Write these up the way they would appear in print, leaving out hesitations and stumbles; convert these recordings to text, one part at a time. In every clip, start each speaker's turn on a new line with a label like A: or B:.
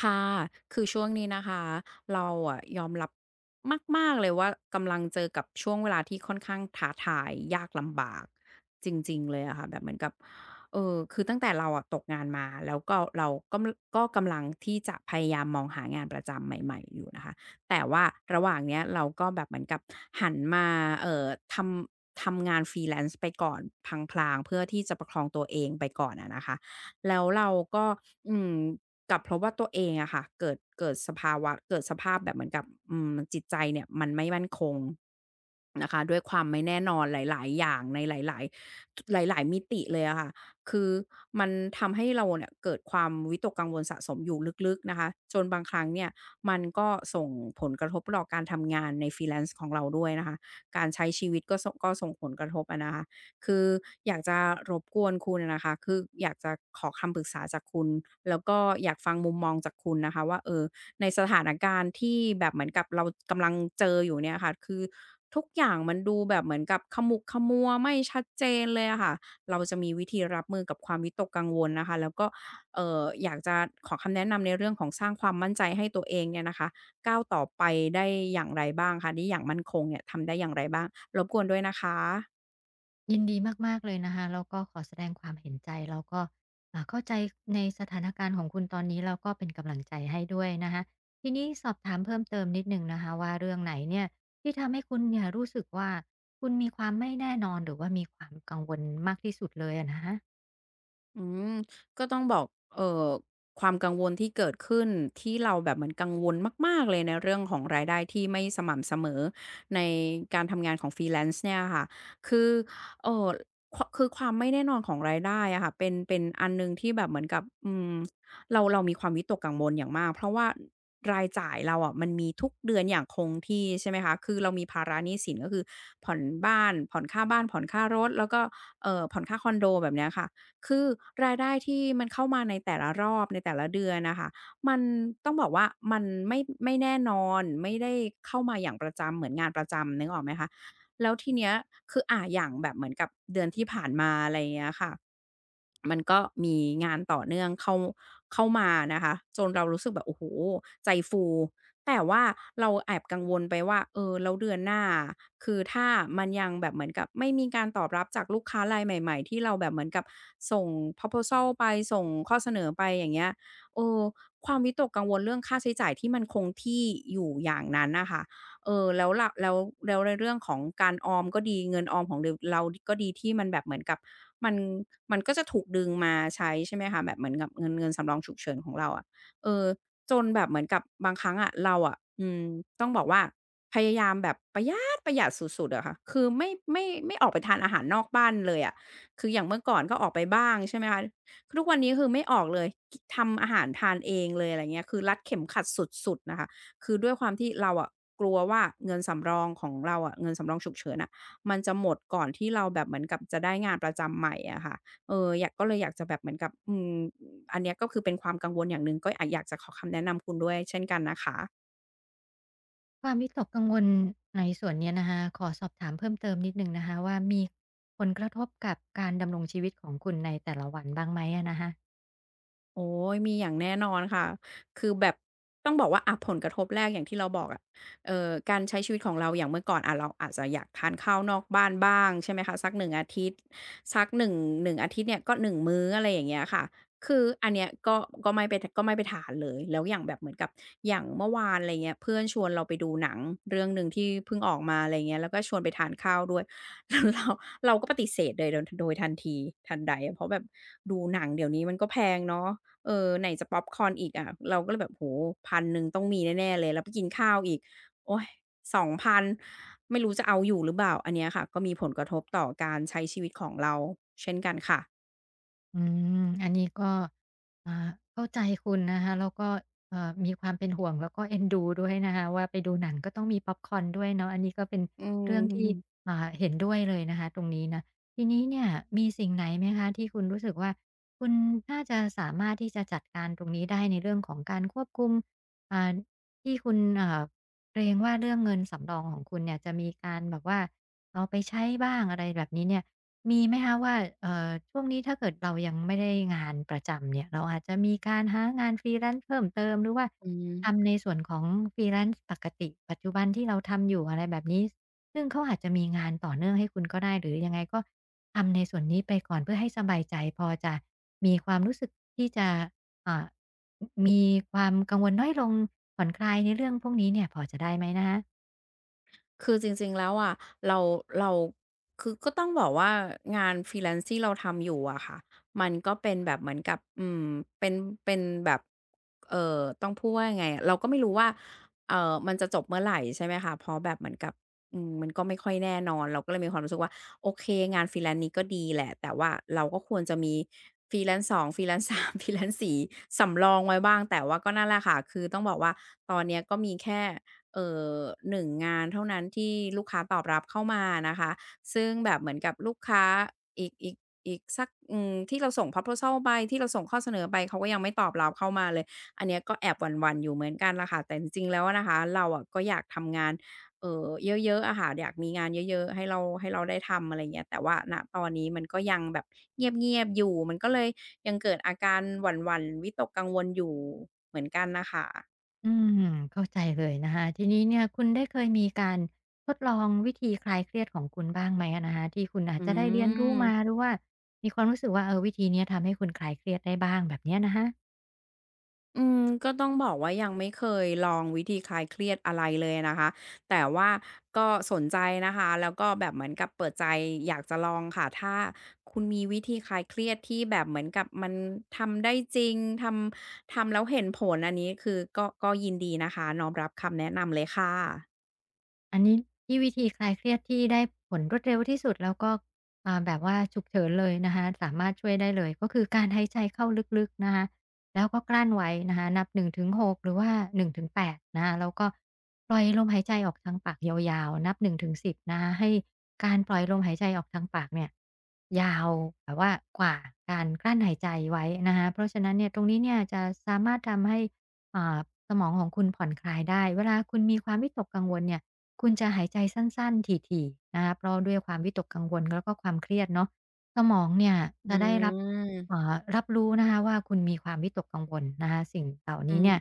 A: ค่ะคือช่วงนี้นะคะเราอะยอมรับมากๆเลยว่ากำลังเจอกับช่วงเวลาที่ค่อนข้างท้าทายยากลำบากจริงๆเลยอะค่ะแบบเหมือนกับคือตั้งแต่เราอะตกงานมาแล้วก็เราก็มก็กำลังที่จะพยายามมองหางานประจำใหม่ๆอยู่นะคะแต่ว่าระหว่างเนี้ยเราก็แบบเหมือนกับหันมาเอ่อททำงาน freelance ไปก่อนพลางๆเพื่อที่จะประคองตัวเองไปก่อนอะนะคะแล้วเราก็อืม กับเพราะว่าตัวเองอะค่ะเกิดสภาวะเกิดสภาพแบบเหมือนกับจิตใจเนี่ยมันไม่มั่นคง นะคะด้วยความไม่แน่นอนหลายๆอย่างในหลายๆหลายๆมิติเลยอะค่ะคือมันทำให้เราเนี่ยเกิดความวิตกกังวลสะสมอยู่ลึกๆนะคะจนบางครั้งเนี่ยมันก็ส่งผลกระทบต่อการทำงานใน Freelance ของเราด้วยนะคะการใช้ชีวิตก็ส่งผลกระทบอะนะคะคืออยากจะรบกวนคุณอะนะคะคืออยากจะขอคำปรึกษาจากคุณแล้วก็อยากฟังมุมมองจากคุณนะคะว่าเออ ในสถานการณ์ที่แบบเหมือนกับเรากำลังเจออยู่เนี่ยค่ะคือทุกอย่างมันดูแบบเหมือนกับขมุกขมัวไม่ชัดเจนเลยอะค่ะเราจะมีวิธีรับมือกับความวิตกกังวลนะคะแล้วก็อยากจะขอคำแนะนำในเรื่องของสร้างความมั่นใจให้ตัวเองเนี่ยนะคะก้าวต่อไปได้อย่างไรบ้างคะได้อย่างมั่นคงเนี่ยทำได้อย่างไรบ้างรบกวนด้วยนะคะ
B: ยินดีมากๆเลยนะคะแล้วก็ขอแสดงความเห็นใจแล้วก็เข้าใจในสถานการณ์ของคุณตอนนี้แล้วก็เป็นกำลังใจให้ด้วยนะคะทีนี้สอบถามเพิ่มเติมนิดหนึ่งนะคะว่าเรื่องไหนเนี่ยที่ทำให้คุณเนี่ยรู้สึกว่าคุณมีความไม่แน่นอนหรือว่ามีความกังวลมากที่สุดเลยอะนะคะ
A: อืมก็ต้องบอกเอ่อความกังวลที่เกิดขึ้นที่เราแบบเหมือนกังวลมากๆเลยในเรื่องของรายได้ที่ไม่สม่ำเสมอในการทำงานของ freelance เนี่ยค่ะคือเอ่อคือความไม่แน่นอนของรายได้อะค่ะเป็นอันหนึ่งที่แบบเหมือนกับเรามีความวิตกกังวลอย่างมากเพราะว่ารายจ่ายเราอะมันมีทุกเดือนอย่างคงที่ใช่ไหมคะคือเรามีภาระหนี้สินก็คือผ่อนบ้านผ่อนค่าบ้านผ่อนค่ารถแล้วก็ผ่อนค่าคอนโดแบบเนี้ยค่ะ คือรายได้ที่มันเข้ามาในแต่ละรอบในแต่ละเดือนนะคะมันต้องบอกว่ามันไม่แน่นอนไม่ได้เข้ามาอย่างประจำเหมือนงานประจำนึกออกไหมคะแล้วทีเนี้ยคืออย่างแบบเหมือนกับเดือนที่ผ่านมาอะไรอย่างเงี้ยค่ะ มันก็มีงานต่อเนื่องเข้ามานะคะจนเรารู้สึกแบบโอ้โฮใจฟูแต่ว่าเราแอบกังวลไปว่าเออแล้วเดือนหน้าคือถ้ามันยังแบบเหมือนกับไม่มีการตอบรับจากลูกค้ารายใหม่ๆที่เราแบบเหมือนกับส่ง proposal ไปส่งข้อเสนอไปอย่างเงี้ยเออความวิตกกังวลเรื่องค่าใช้จ่ายที่มันคงที่อยู่อย่างนั้นน่ะค่ะเออแล้วเราแล้วแล้วในเรื่องของการออมก็ดีเงินออมของรเราก็ดีที่มันแบบเหมือนกับ มันมันก็จะถูกดึงมาใช้ใช่ไหมคะแบบเหมือนกับเงินสำรองฉุกเฉินของเราอะเออจนแบบเหมือนกับบางครั้งอะเราอะต้องบอกว่าพยายามแบบประหยัดสุดๆอะค่ะคือไม่ออกไปทานอาหารนอกบ้านเลยอะคืออย่างเมื่อก่อนก็ออกไปบ้างใช่ไหมคะทุกวันนี้คือไม่ออกเลยกิทำอาหารทานเองเลยอะไรเงี้ยคือรัดเข็มขัดสุดๆน่ะค่ะคือด้วยความที่เราอะกลัวว่าเงินสำรองของเราอะเงินสำรองฉุกเฉินอะ มันจะหมดก่อนที่เราแบบเหมือนกับจะได้งานประจำใหม่อะค่ะเอออยากก็เลยอยากจะแบบเหมือนกับอันเนี้ยก็คือเป็นความกังวลอย่างหนึ่งก็อยากจะขอคำแนะนำคุณด้วยเช่นกันนะคะ
B: ความวิตกกังวลในส่วนเนี้ยนะคะขอสอบถามเพิ่มเติมนิดหนึ่งนะคะว่ามีผลกระทบกับการดำรงชีวิตของคุณในแต่ละวันบ้างไหมอะนะคะ
A: โอ้ยมีอย่างแน่นอนค่ะคือแบบต้องบอกว่าอะผลกระทบแรกอย่างที่เราบอกอะการใช้ชีวิตของเราอย่างเมื่อก่อนอะเราอาจจะอยากทานข้าวนอกบ้านบ้างใช่ไหมคะสักหนึ่งอาทิตย์สักหนึ่งหนึ่งอาทิตย์เนี่ยก็หนึ่งมื้ออะไรอย่างเงี้ยค่ะคืออันเนี้ยก็ก็ไม่ไปทานเลยแล้วอย่างแบบเหมือนกับอย่างเมื่อวานอะไรเงี้ยเพื่อนชวนเราไปดูหนังเรื่องหนึ่งที่เพิ่งออกมาอะไรเงี้ยแล้วก็ชวนไปทานข้าวด้วย แล้วเราก็ปฏิเสธโดยทันทีทันใดเพราะแบบดูหนังเดี๋ยวนี้มันก็แพงเนาะ เออไหนจะพ็อปคอร์นอีกอะเราก็เลยแบบโอ้โฮพันหนึ่งต้องมีแน่ๆเลยแล้วไปกินข้าวอีกโอ๊ยสองพันไม่รู้จะเอาอยู่หรือเปล่าอันเนี้ยค่ะก็มีผลกระทบต่อการใช้ชีวิตของเราเช่นกันค่ะ
B: อืมอันนี้ก็อ่าเข้าใจคุณนะคะแล้วก็มีความเป็นห่วงแล้วก็เอ็นดูด้วยนะคะว่าไปดูหนังก็ต้องมีพ็อปคอร์นด้วยเนาะอันนี้ก็เป็น
A: อื
B: เรื่องที่
A: ม
B: อ่าเห็นด้วยเลยนะคะตรงนี้นะทีนี้เนี่ยมีสิ่งไหนไหมคะที่คุณรู้สึกว่าคุณน่าจะสามารถที่จะจัดการตรงนี้ได้ในเรื่องของการควบคุมอ่าที่คุณเกรงว่าเรื่องเงินสำรองของคุณเนี่ยจะมีการแบบว่าเอาไปใช้บ้างอะไรแบบนี้เนี่ย มีไหมคะว่าช่วงนี้ถ้าเกิดเรายังไม่ได้งานประจำเนี่ยเราอาจจะมีการหางาน Freelance เพิ่มเติมหรือว่า
A: อืม
B: ทำในส่วนของ Freelance ปกติปัจจุบันที่เราทำอยู่อะไรแบบนี้ซึ่งเขาอาจจะมีงานต่อเนื่องให้คุณก็ได้หรือยังไงก็ทำในส่วนนี้ไปก่อนเพื่อให้สบายใจพอจะมีความรู้สึกที่จะอ่าอมีความกังวลน้อยลงผ่อนคลายในเรื่องพวกนี้เนี่ยพอจะได้ไหมนะคะ
A: คือจริงๆแล้วอะเราเราคือก็ต้องบอกว่างาน freelance ที่เราทำอยู่อะค่ะมันก็เป็นแบบเหมือนกับเป็นเป็นแบบต้องพูดว่ายังไงอะเราก็ไม่รู้ว่ามันจะจบเมื่อไหร่ใช่ไหมคะเพราะแบบเหมือนกับมันก็ไม่ค่อยแน่นอนเราก็เลยมีความรู้สึกว่าโอเคงาน freelance นี้ก็ดีแหละแต่ว่าเราก็ควรจะมี freelance 2 freelance 3 freelance 4สำรองไว้บ้างแต่ว่าก็นั่นแหละค่ะคือต้องบอกว่าตอนเนี้ยก็มีแค่ เอ่อหนึ่งงานเท่านั้นที่ลูกค้าตอบรับเข้ามานะคะซึ่งแบบเหมือนกับลูกค้าอีกอีกอีกสักที่เราส่ง proposal ไปที่เราส่งข้อเสนอไปเขาก็ยังไม่ตอบรับเข้ามาเลยอันเนี้ยก็แอบหวั่นๆอยู่เหมือนกันล่ะค่ะแต่จริงๆแล้วอนะคะเราอะก็อยากทำงานเออเยอะๆอะค่ะอยากมีงานเยอะๆให้เราได้ทำอะไรเงี้ยแต่ว่าณตอนนี้มันก็ยังแบบเงียบๆอยู่มันก็เลยยังเกิดอาการหวั่นๆวิตกกังวลอยู่เหมือนกันนะคะ
B: อืมเข้าใจเลยนะคะทีนี้เนี่ยคุณได้เคยมีการทดลองวิธีคลายเครียดของคุณบ้างไหมอะนะคะที่คุณอา
A: อื
B: จจะได้เรียนรู้มาห
A: ม
B: รือว่ามีความรู้สึกว่าเออวิธีเนี้ยทำให้คุณคลายเครียดได้บ้างแบบเนี้ยนะคะ
A: อืมก็ต้องบอกว่ายังไม่เคยลองวิธีคลายเครียดอะไรเลยนะคะแต่ว่าสนใจนะคะแล้วก็แบบเหมือนกับเปิดใจอยากจะลองค่ะถ้าคุณมีวิธีคลายเครียดที่แบบเหมือนกับมันทำได้จริงททำแล้วเห็นผลอันนี้คือก็ยินดีนะคะน้อมรับคำแนะนำเลยค่ะ
B: อันนี้ที่วิธีคลายเครียดที่ได้ผลรวดเร็วที่สุดแล้วก็แบบว่าฉุกเฉินเลยนะคะสามารถช่วยได้เลยก็คือการหายใจเข้าลึกๆนะคะแล้วก็กลั้นไว้นะคะนับหนึงถึงหกหรือว่าหนึ่งถึงแปดนะคะแล้วก็ปล่อยลมหายใจออกทางปากยาวๆนับ1-10นงถึงสิบนะคะให้การปล่อยลมหายใจออกทางปากเนี่ยยาวแบบว่ากว่าการกลั้นหายใจไว้นะคะเพราะฉะนั้นเนี่ยตรงนี้เนี่ยจะสามารถทำให้ อ่าสมองของคุณผ่อนคลายได้เวลาคุณมีความวิตกกังวลเนี่ยคุณจะหายใจสั้นๆถี่ๆนะคะเพราะด้วยความวิตกกังวลแล้วก็ความเครียดเนาะสมองเนี่ย
A: อื
B: จะได้รับ
A: ม
B: รับรู้นะคะว่าคุณมีความวิตกกังวลนะคะสิ่งเหล่า
A: อื
B: นี้เนี่ย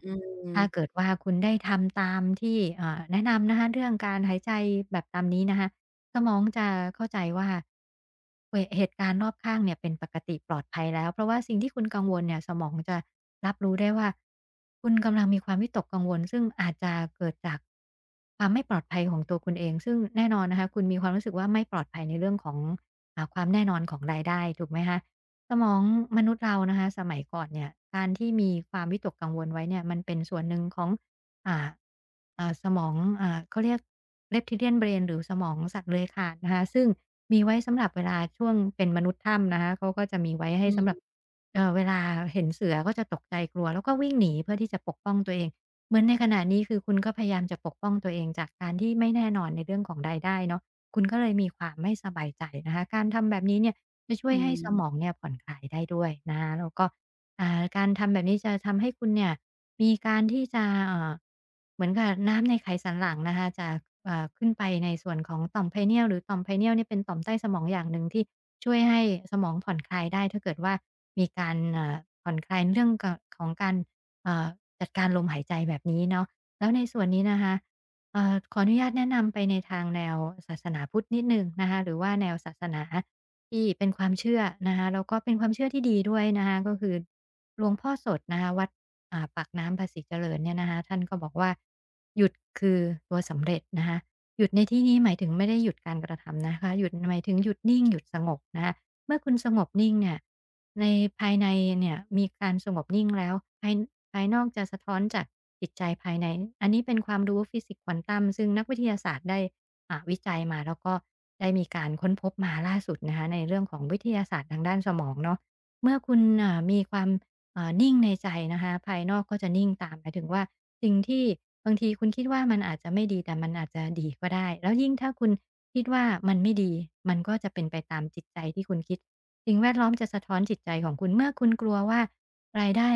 A: ม
B: ถ้าเกิ
A: ๆ
B: ดว่าคุณได้ทำตามที่แนะนำนะคะเรื่องการหายใจแบบตามนี้นะคะ สมองจะเข้าใจว่าเหตุเหตุการณ์รอบข้างเนี่ยเป็นปกติปลอดภัยแล้วเพราะว่าสิ่งที่คุณกังวลเนี่ยสมองจะรับรู้ได้ว่าคุณกำลังมีความวิตกกังวลซึ่งอาจจะเกิดจากความไม่ปลอดภัยของตัวคุณเองซึ่งแน่นอนนะคะคุณมีความรู้สึกว่าไม่ปลอดภัยในเรื่องของอาความแน่นอนของรายได้ถูกไหมคะสมองมนุษย์เรานะคะสมัยก่อนเนี่ยการที่มีความวิตกกังวลไว้เนี่ยมันเป็นส่วนหนึ่งของ อ่าสมองเขาเรียก reptilian brain หรือสมองสัตว์เลื้อยคลานนะคะซึ่งมีไว้สำหรับเวลาช่วงเป็นมนุษย์ถ้ำนะคะเขาก็จะมีไว้ให้
A: อื
B: สำหรับ
A: ม
B: เวลาเห็นเสือก็จะตกใจกลัวแล้วก็วิ่งหนีเพื่อที่จะปกป้องตัวเองเหมือนในขณะนี้คือคุณก็พยายามจะปกป้องตัวเองจากการที่ไม่แน่นอนในเรื่องของรายได้เนาะคุณก็เลยมีความไม่สบายใจนะคะการทำแบบนี้เนี่ยจะช่ว
A: อื
B: ยให้สมอง
A: ม
B: เนี่ยผ่อนคลายได้ด้วยนะะแล้วก็ การทำแบบนี้จะทำให้คุณเนี่ยมีการที่จะเหมือนกับน้ำในไขสันหลังนะคะจะขึ้นไปในส่วนของต่อม Pineal หรือต่อม Pineal เนียลเนี่ยเป็นต่อมใต้สมองอย่างหนึ่งที่ช่วยให้สมองผ่อนคลายได้ถ้าเกิดว่ามีการผ่อนคลายเรื่องกของการอ่าจัดการลมหายใจแบบนี้เนาะแล้วในส่วนนี้นะคะขออนุญาตแนะนำไปในทางแนวศาสนาพุทธนิดหนึ่งนะคะหรือว่าแนวศาสนาที่เป็นความเชื่อนะคะแล้วก็เป็นความเชื่อที่ดีด้วยนะคะก็คือ หลวงพ่อสดนะคะวัดปากน้ำภาษีเจริญเนี่ยนะคะท่านก็บอกว่าหยุดคือตัวสำเร็จนะคะหยุดในที่นี้หมายถึงไม่ได้หยุดการกระทำนะคะหยุดหมายถึงหยุดนิ่งหยุดสงบนะคะเมื่อคุณสงบนิ่งเนี่ยในภายในเนี่ยมีการสงบนิ่งแล้วภายภายนอกจะสะท้อนจากจิตใจภายในอันนี้เป็นความรู้ฟิสิกส์ควอนตัมซึ่งนักวิทยาศาสตร์ได้วิจัยมาแล้วก็ได้มีการค้นพบมาล่าสุดนะคะในเรื่องของวิทยาศาสตร์ทางด้านสมองเนาะเมื่อคุณมีความ นิ่งในใจนะคะภายนอกก็จะนิ่งตามหมายถึงว่าสิ่งที่บางทีคุณคิดว่ามันอาจจะไม่ดีแต่มันอาจจะดีก็ได้แล้วยิ่งถ้าคุณคิดว่ามันไม่ดีมันก็จะเป็นไปตามจิตใจที่คุณคิดสิ่งแวดล้อมจะสะท้อนจิตใจของคุณเมื่อคุณกลัวว่ารายได้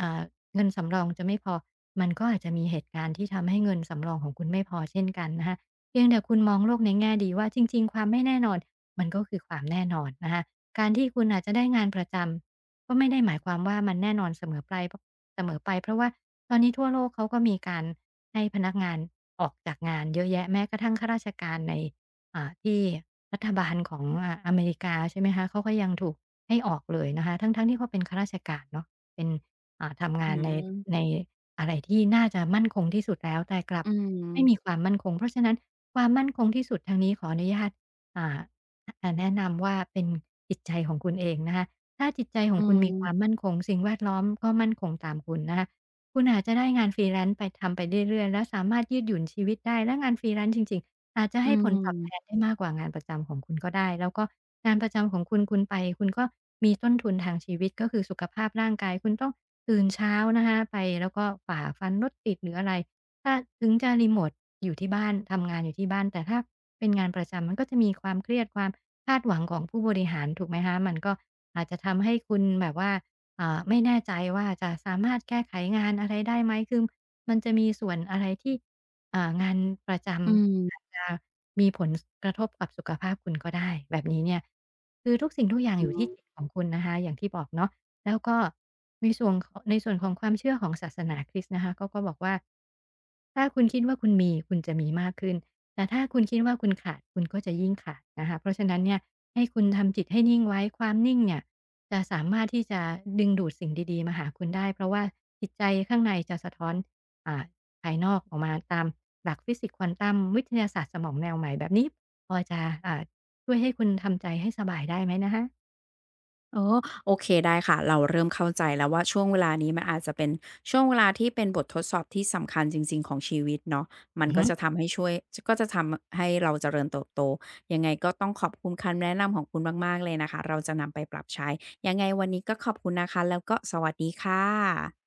B: อ่าเงินสำรองจะไม่พอมันก็อาจจะมีเหตุการณ์ที่ทำให้เงินสำรองของคุณไม่พอเช่นกันนะคะเพียงแต่คุณมองโลกในแง่ดีว่าจริงๆความไม่แน่นอนมันก็คือความแน่นอนนะคะการที่คุณอาจจะได้งานประจำ ก็ไม่ได้หมายความว่ามันแน่นอนเสมอไปพเสมอไปเพราะว่าตอนนี้ทั่วโลกเขาก็มีการให้พนักงานออกจากงานเยอะแยะแม้กระทั่งข้าราชการในที่รัฐบาลของอเมริกาใช่ไหมคะเขาก็ยังถูกให้ออกเลยนะคะทั้งๆที่เขาเป็นข้าราชการเนาะเป็นทำ
A: อื
B: งานในใน
A: ม
B: อะไรที่น่าจะมั่นคงที่สุดแล้วแต่กลับ
A: อื
B: ไม่มีค
A: ม
B: วามมั่นคงเพราะฉะนั้นความมั่นคงที่สุดทางนี้ขออนุญาตอ่าแนะนำว่าเป็นจิตใจของคุณเองนะคะ ถ้าจิตใจขอ
A: อื
B: งคุณมีความ
A: ม
B: มั่นคงสิ่งแวดล้อมก็มั่นคงตามคุณนะคะคุณอาจจะได้งาน freelance ไปทำไปเรื่อยๆแล้วสามารถยืดหยุ่นชีวิตได้และงาน freelance จริงๆอาจจะ
A: อื
B: ให้ผลตอบแทน
A: ม
B: ได้มากกว่างานประจำของคุณก็ได้แล้วก็งานประจำของคุณคุณไปคุณก็มีต้นทุนทางชีวิตก็คือสุขภาพร่างกายคุณต้องตื่นเช้านะคะไปแล้วก็ฝ่าฟันรถติดหรืออะไรถ้าถึงจะรีโมตอยู่ที่บ้านทำงานอยู่ที่บ้านแต่ถ้าเป็นงานประจำมันก็จะมีความเครียดความ คาดหวังของผู้บริหารถูกไหมคะมันก็อาจจะทำให้คุณแบบว่าไม่แน่ใจว่าจะสามารถแก้ไขงานอะไรได้ไหมคือมันจะมีส่วนอะไรที่งานประจ
A: อืม
B: ำอาจจะมีผลสกระทบกับสุขภาพคุณก็ได้แบบนี้เนี่ยคือทุกสิ่งทุกอย่าง
A: อื
B: อยู่ที่
A: ม
B: จิตของคุณนะคะอย่างที่บอกเนาะ แล้วก็ในส่วนของในส่วนของความเชื่อของศาสนาคริสต์นะคะเขาก็บอกว่าถ้าคุณคิดว่าคุณมีคุณจะมีมากขึ้น แต่ถ้าคุณคิดว่าคุณขาดคุณก็จะยิ่งขาดนะคะเพราะฉะนั้นเนี่ยให้คุณทำจิตให้นิ่งไว้ความนิ่งเนี่ยจะสามารถที่จะดึงดูดสิ่งดีๆมาหาคุณได้เพราะว่าจิตใจข้างในจะสะท้อนอ่าภายนอกออกมาตามหลักฟิสิกส์ควอนตัมวิทยาศาสตร์สมองแนวใหม่แบบนี้พอจะอ่าช่วยให้คุณทำใจให้สบายได้ไหมนะคะ
A: อ๋อโอเคได้ค่ะเราเริ่มเข้าใจแล้วว่าช่วงเวลานี้มันอาจจะเป็นช่วงเวลาที่เป็นบททดสอบที่สำคัญจริงๆของชีวิตเนาะมัน
B: อือ
A: ก็
B: ฮึ
A: จะทำให้ช่วยจก็จะทำให้เราเจริญเติบโตยังไงก็ต้องขอบคุณคำแนะนำของคุณมากๆเลยนะคะเราจะนำไปปรับใช้ยังไงวันนี้ก็ขอบคุณนะคะแล้วก็สวัสดีค่ะ